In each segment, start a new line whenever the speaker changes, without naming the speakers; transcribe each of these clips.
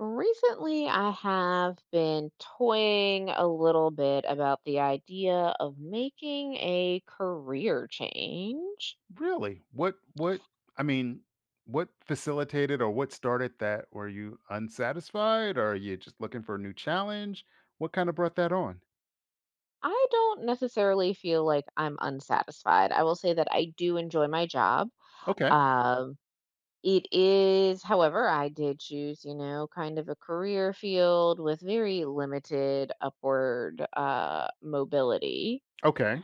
Recently, I have been toying a little bit about the idea of making a career change.
Really? I mean, what facilitated or what started that? Were you unsatisfied or are you just looking for a new challenge? What kind of brought that on?
I don't necessarily feel like I'm unsatisfied. I will say that I do enjoy my job.
Okay.
Um, it is, however, I did choose, you know, kind of a career field with very limited upward mobility.
Okay.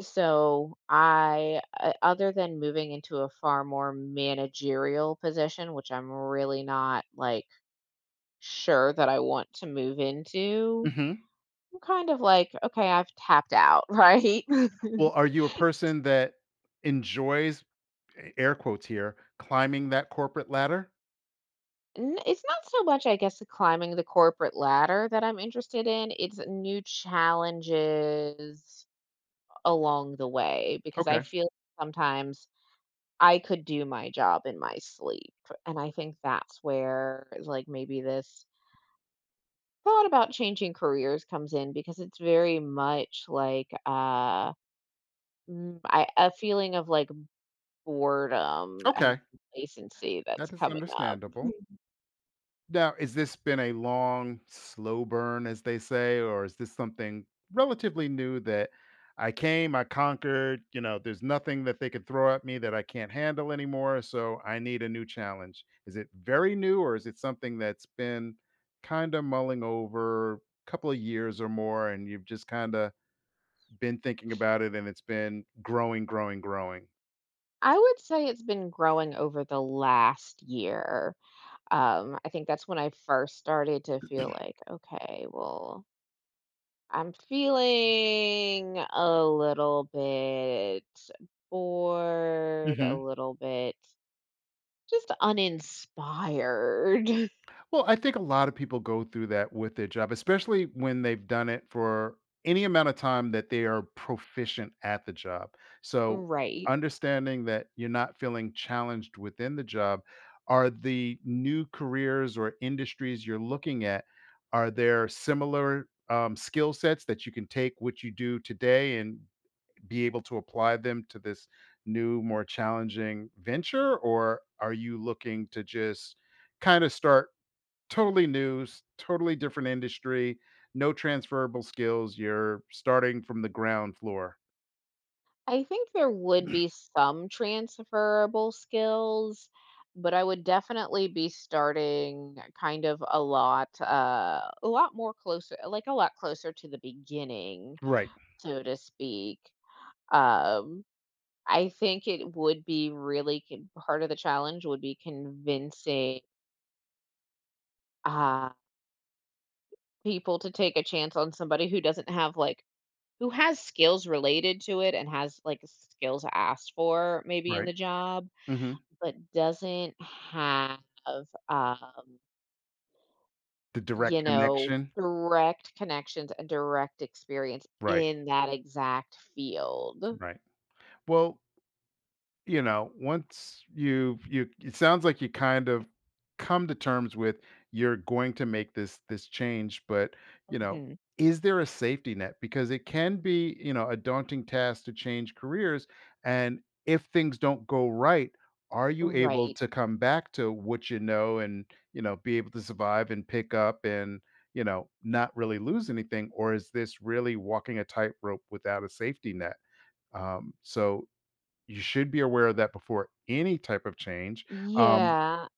So I, other than moving into a far more managerial position, which I'm really not like sure that I want to move into,
Hmm.
I'm kind of like, okay, I've tapped out, right?
Well, are you a person that enjoys air quotes here climbing that corporate ladder?
It's not so much, I guess, the climbing the corporate ladder that I'm interested in. It's new challenges along the way because I
Okay.
feel sometimes I could do my job in my sleep. And I think that's where, like, maybe this thought about changing careers comes in because it's very much like a feeling of like boredom and
Okay,
complacency that's
that is
coming up.
understandable.
Mm.
Now, has this been a long, slow burn, as they say, or is this something relatively new that I came, I conquered, you know, there's nothing that they could throw at me that I can't handle anymore, so I need a new challenge. Is it very new or is it something that's been kind of mulling over a couple of years or more and you've just kind of been thinking about it and it's been growing, growing, growing?
I would say it's been growing over the last year. I think that's when I first started to feel like, okay, well, I'm feeling a little bit bored, a little bit just uninspired.
Well, I think a lot of people go through that with their job, especially when they've done it for any amount of time that they are proficient at the job. So,
Right.
understanding that you're not feeling challenged within the job, are the new careers or industries you're looking at, are there similar skill sets that you can take what you do today and be able to apply them to this new, more challenging venture? Or are you looking to just kind of start totally new, totally different industry, no transferable skills. You're starting from the ground floor.
I think there would be some transferable skills, but I would definitely be starting kind of a lot more closer, like a lot closer to the beginning,
Right.
so to speak. Um, I think it would be really part of the challenge would be convincing uh, people to take a chance on somebody who doesn't have like who has skills related to it and has like skills asked for maybe in
Right.
the job
Hmm.
but doesn't have, um,
The
you
direct
know,
connection.
direct connections and direct experience
Right.
in that exact field.
Right. Well, you know, once you it sounds like you kind of come to terms with you're going to make this change. But you know,
Mhm.
is there a safety net? Because it can be, you know, a daunting task to change careers. And if things don't go right, are you able
Right.
to come back to what you know and, you know, be able to survive and pick up and, you know, not really lose anything? Or is this really walking a tightrope without a safety net? So you should be aware of that before any type of change, um,
Yeah.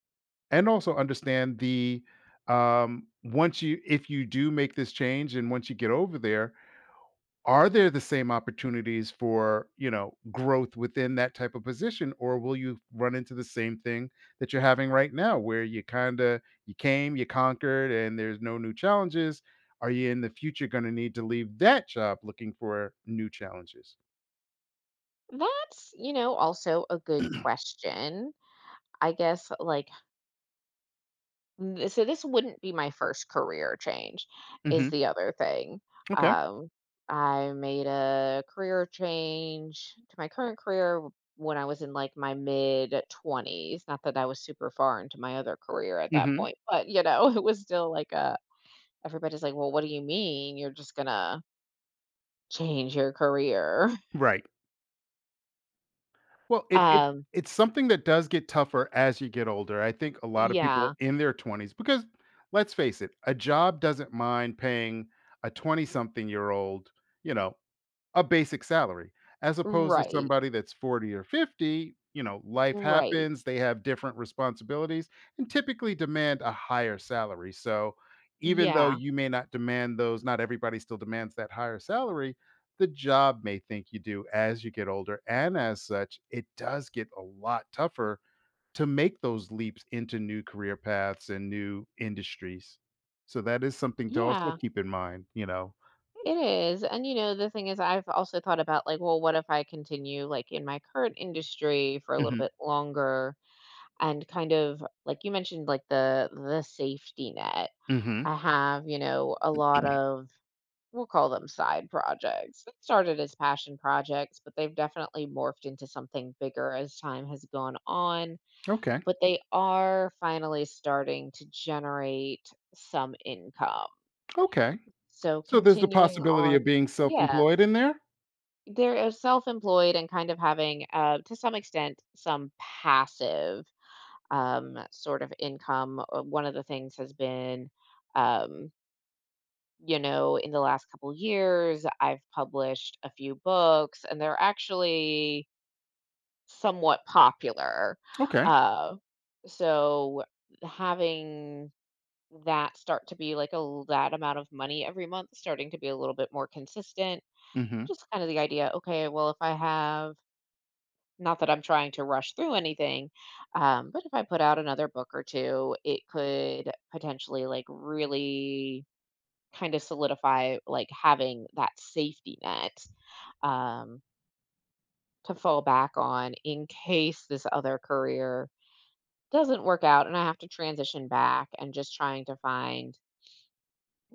and also understand the once you if you do make this change and once you get over there, are there the same opportunities for you know growth within that type of position, or will you run into the same thing that you're having right now, where you kind of you came, you conquered, and there's no new challenges? Are you in the future going to need to leave that job looking for new challenges?
That's, you know, also a good question. I guess like Th so this wouldn't be my first career change
Hmm.
is the other thing.
Okay.
Um, I made a career change to my current career w when I was in, like, my mid-20s, not that I was super far into my other career at that
Hmm.
point, but, you know, it was still like a everybody's like, "Well, what do you mean you're just gonna change your career?"
Right. Well, it
Um,
it's something that does get tougher as you get older. I think a lot of people
yeah,
in their 20s, because let's face it, a job doesn't mind paying a 20 something year old, you know, a basic salary, as opposed to
right,
somebody that's 40 or 50, you know, life
right,
happens, they have different responsibilities and typically demand a higher salary. So, even though
yeah,
you may not demand those, not everybody still demands that higher salary, the job may think you do as you get older. And as such, it does get a lot tougher to make those leaps into new career paths and new industries. So that is something to also
yeah.
keep in mind, you know.
It is. And you know, the thing is I've also thought about like, well, what if I continue like in my current industry for a little
Mhm.
bit longer and kind of like you mentioned like the safety net.
Mhm.
I have, you know, a lot of we'll call them side projects. It started as passion projects, but they've definitely morphed into something bigger as time has gone on.
Okay.
But they are finally starting to generate some income.
Okay.
So
So there's the
continuing
possibility of
on,
being
yeah,
self-employed in there?
they're self-employed and kind of having, to some extent, some passive, sort of income. One of the things has been, um, you know, in the last couple years, I've published a few books, and they're actually somewhat popular.
Okay.
Uh, so having that start to be like that amount of money every month, starting to be a little bit more consistent.
Mhm.
Just kind of the idea, okay, well, if I have not that I'm trying to rush through anything, but if I put out another book or two, it could potentially like really kind of solidify like having that safety net, um, to fall back on in case this other career doesn't work out and I have to transition back and just trying to find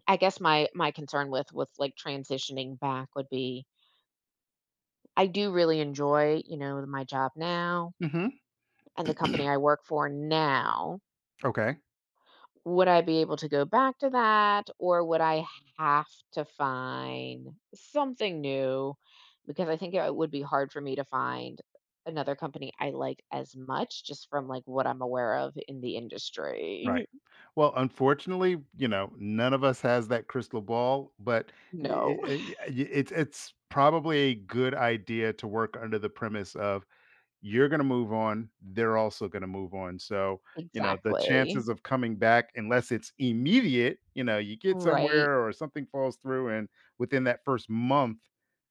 I guess my concern with like transitioning back would be I do really enjoy, you know, my job now
Mhm.
and the company I work for now.
Okay.
Would I be able to go back to that, or would I have to find something new? Because I think it would be hard for me to find another company I like as much just from like what I'm aware of in the
Right.
industry.
Well, unfortunately, you know, none of us has that crystal ball, but I
No.
I it's probably a good idea to work under the premise of, you're gonna move on, they're also gonna move on. So, you know, the
Exactly.
chances of coming back, unless it's immediate, you know, you get
Right.
somewhere or something falls through, and within that 1st month,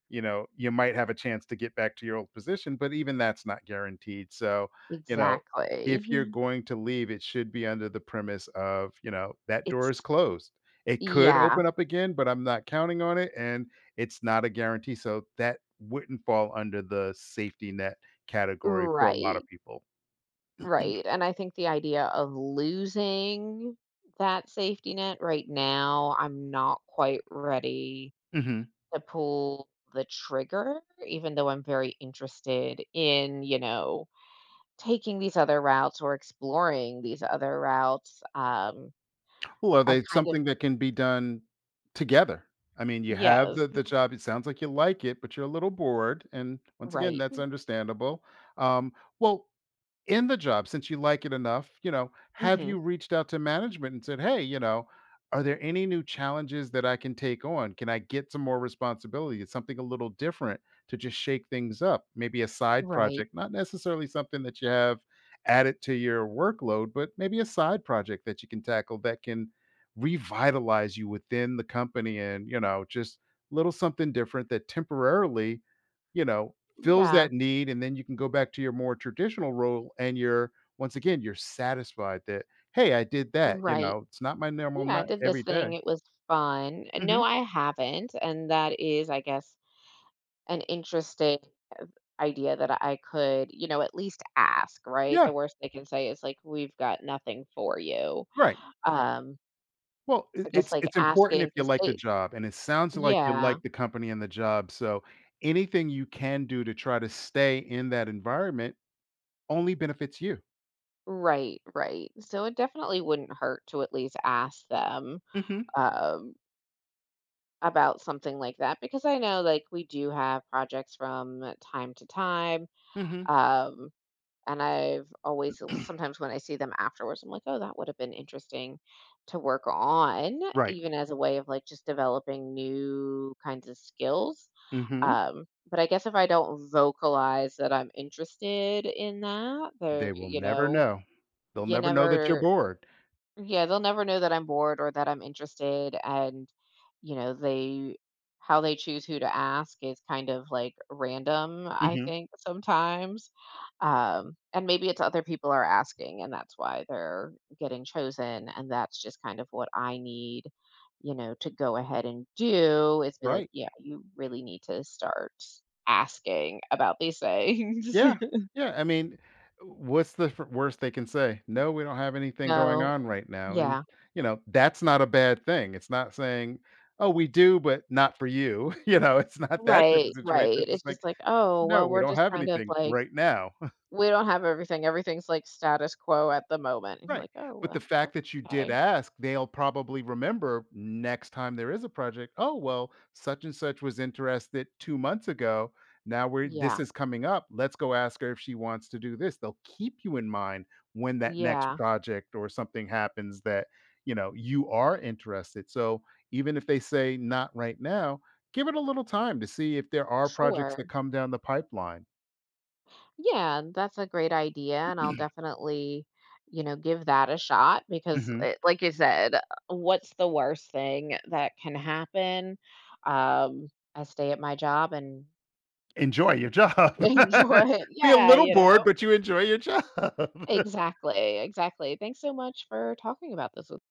you know, you might have a chance to get back to your old position, but even that's not guaranteed. So, you know, if you're
Exactly.
going to leave, it should be under the premise of, you know, that door is
It's
closed. It could
yeah,
open up again, but I'm not counting on it, and it's not a guarantee, so that wouldn't fall under the safety net category for a lot of
right.
people.
Right. And I think the idea of losing that safety net right now, I'm not quite ready
Mhm.
to pull the trigger, even though I'm very interested in, you know, taking these other routes or exploring these other routes.
Well, are
I've
they
kind of
something that can be done together? I mean, you have
yes,
the job, it sounds like you like it, but you're a little bored, and once again,
right.
that's understandable. Um, well, in the job, since you like it enough, you know, have
Hmm.
you reached out to management and said, hey, you know, are there any new challenges that I can take on, can I get some more responsibility, it's something a little different to just shake things up, maybe a side
Right.
project, not necessarily something that you have added to your workload, but maybe a side project that you can tackle that can revitalize you within the company, and you know, just little something different that temporarily, you know, fills
Yeah.
that need, and then you can go back to your more traditional role, and you're once again, you're satisfied that, "Hey, I did that," you
Right.
know? It's not my normal,
Yeah, I
not
did this
every day.
thing. It was fun. And no,
Mhm.
I haven't. And that is, I guess, an interesting idea that I could, you know, at least ask, right? The
Yeah,
worst they can say is like, we've got nothing for you.
right.
Um,
Well, it
I guess,
it's
like,
it's important
asking
if you
because
like the
they
job, and it sounds like you
yeah.
like the company and the job, so anything you can do to try to stay in that environment only benefits you.
Right, right. So it definitely wouldn't hurt to at least ask them,
Mhm,
um, about something like that because I know, like, we do have projects from time to time,
mhm.
um, and I've always sometimes when I see them afterwards, I'm like, "Oh, that would have been interesting to work on,"
Right.
even as a way of, like, just developing new kinds of skills.
Mhm.
But I guess if I don't vocalize that I'm interested in that, there,
They will
you
never
know,
know. They'll
you
never know that you're
never
bored.
yeah, they'll never know that I'm bored or that I'm interested. And, you know, they, how they choose who to ask is kind of like random, I
Mhm.
think, sometimes. And maybe it's other people are asking and that's why they're getting chosen. And that's just kind of what I need, you know, to go ahead and do is be like,
Right.
yeah, you really need to start asking about these things.
Yeah, yeah, I mean, what's the f worst they can say? "No, we don't have anything going
No,
on right now," and,
yeah.
you know, that's not a bad thing. It's not saying, "Oh, we do, but not for you." You know, it's not that type of
Right,
situation.
right.
It's
It's
just like,
just like, "Oh,
"No,
well,
we
we're
don't
just
have
kind of
anything
like
right now."
we don't have everything. Everything's like status quo at the moment." And you're
Right,
like, "Oh,
but the
well,
fact
oh,
that you did
okay."
ask, they'll probably remember next time there is a project, "Oh, well, such and such was interested 2 months ago. Now we're this
Yeah.
is coming up. Let's go ask her if she wants to do this." They'll keep you in mind when that next
Yeah.
project or something happens that, you know, you are interested. So, even if they say, "Not right now," give it a little time to see if there are projects
Sure.
that come down the pipeline.
Yeah, that's a great idea, and I'll definitely, you know, give that a shot because
Mhm.
it, like you said, what's the worst thing that can happen? Um, I stay at my job and
Enjoy your job.
enjoy it.
Be a
Yeah,
little
you
bored,
know?
but you enjoy your job.
Exactly, exactly. Thanks so much for talking about this with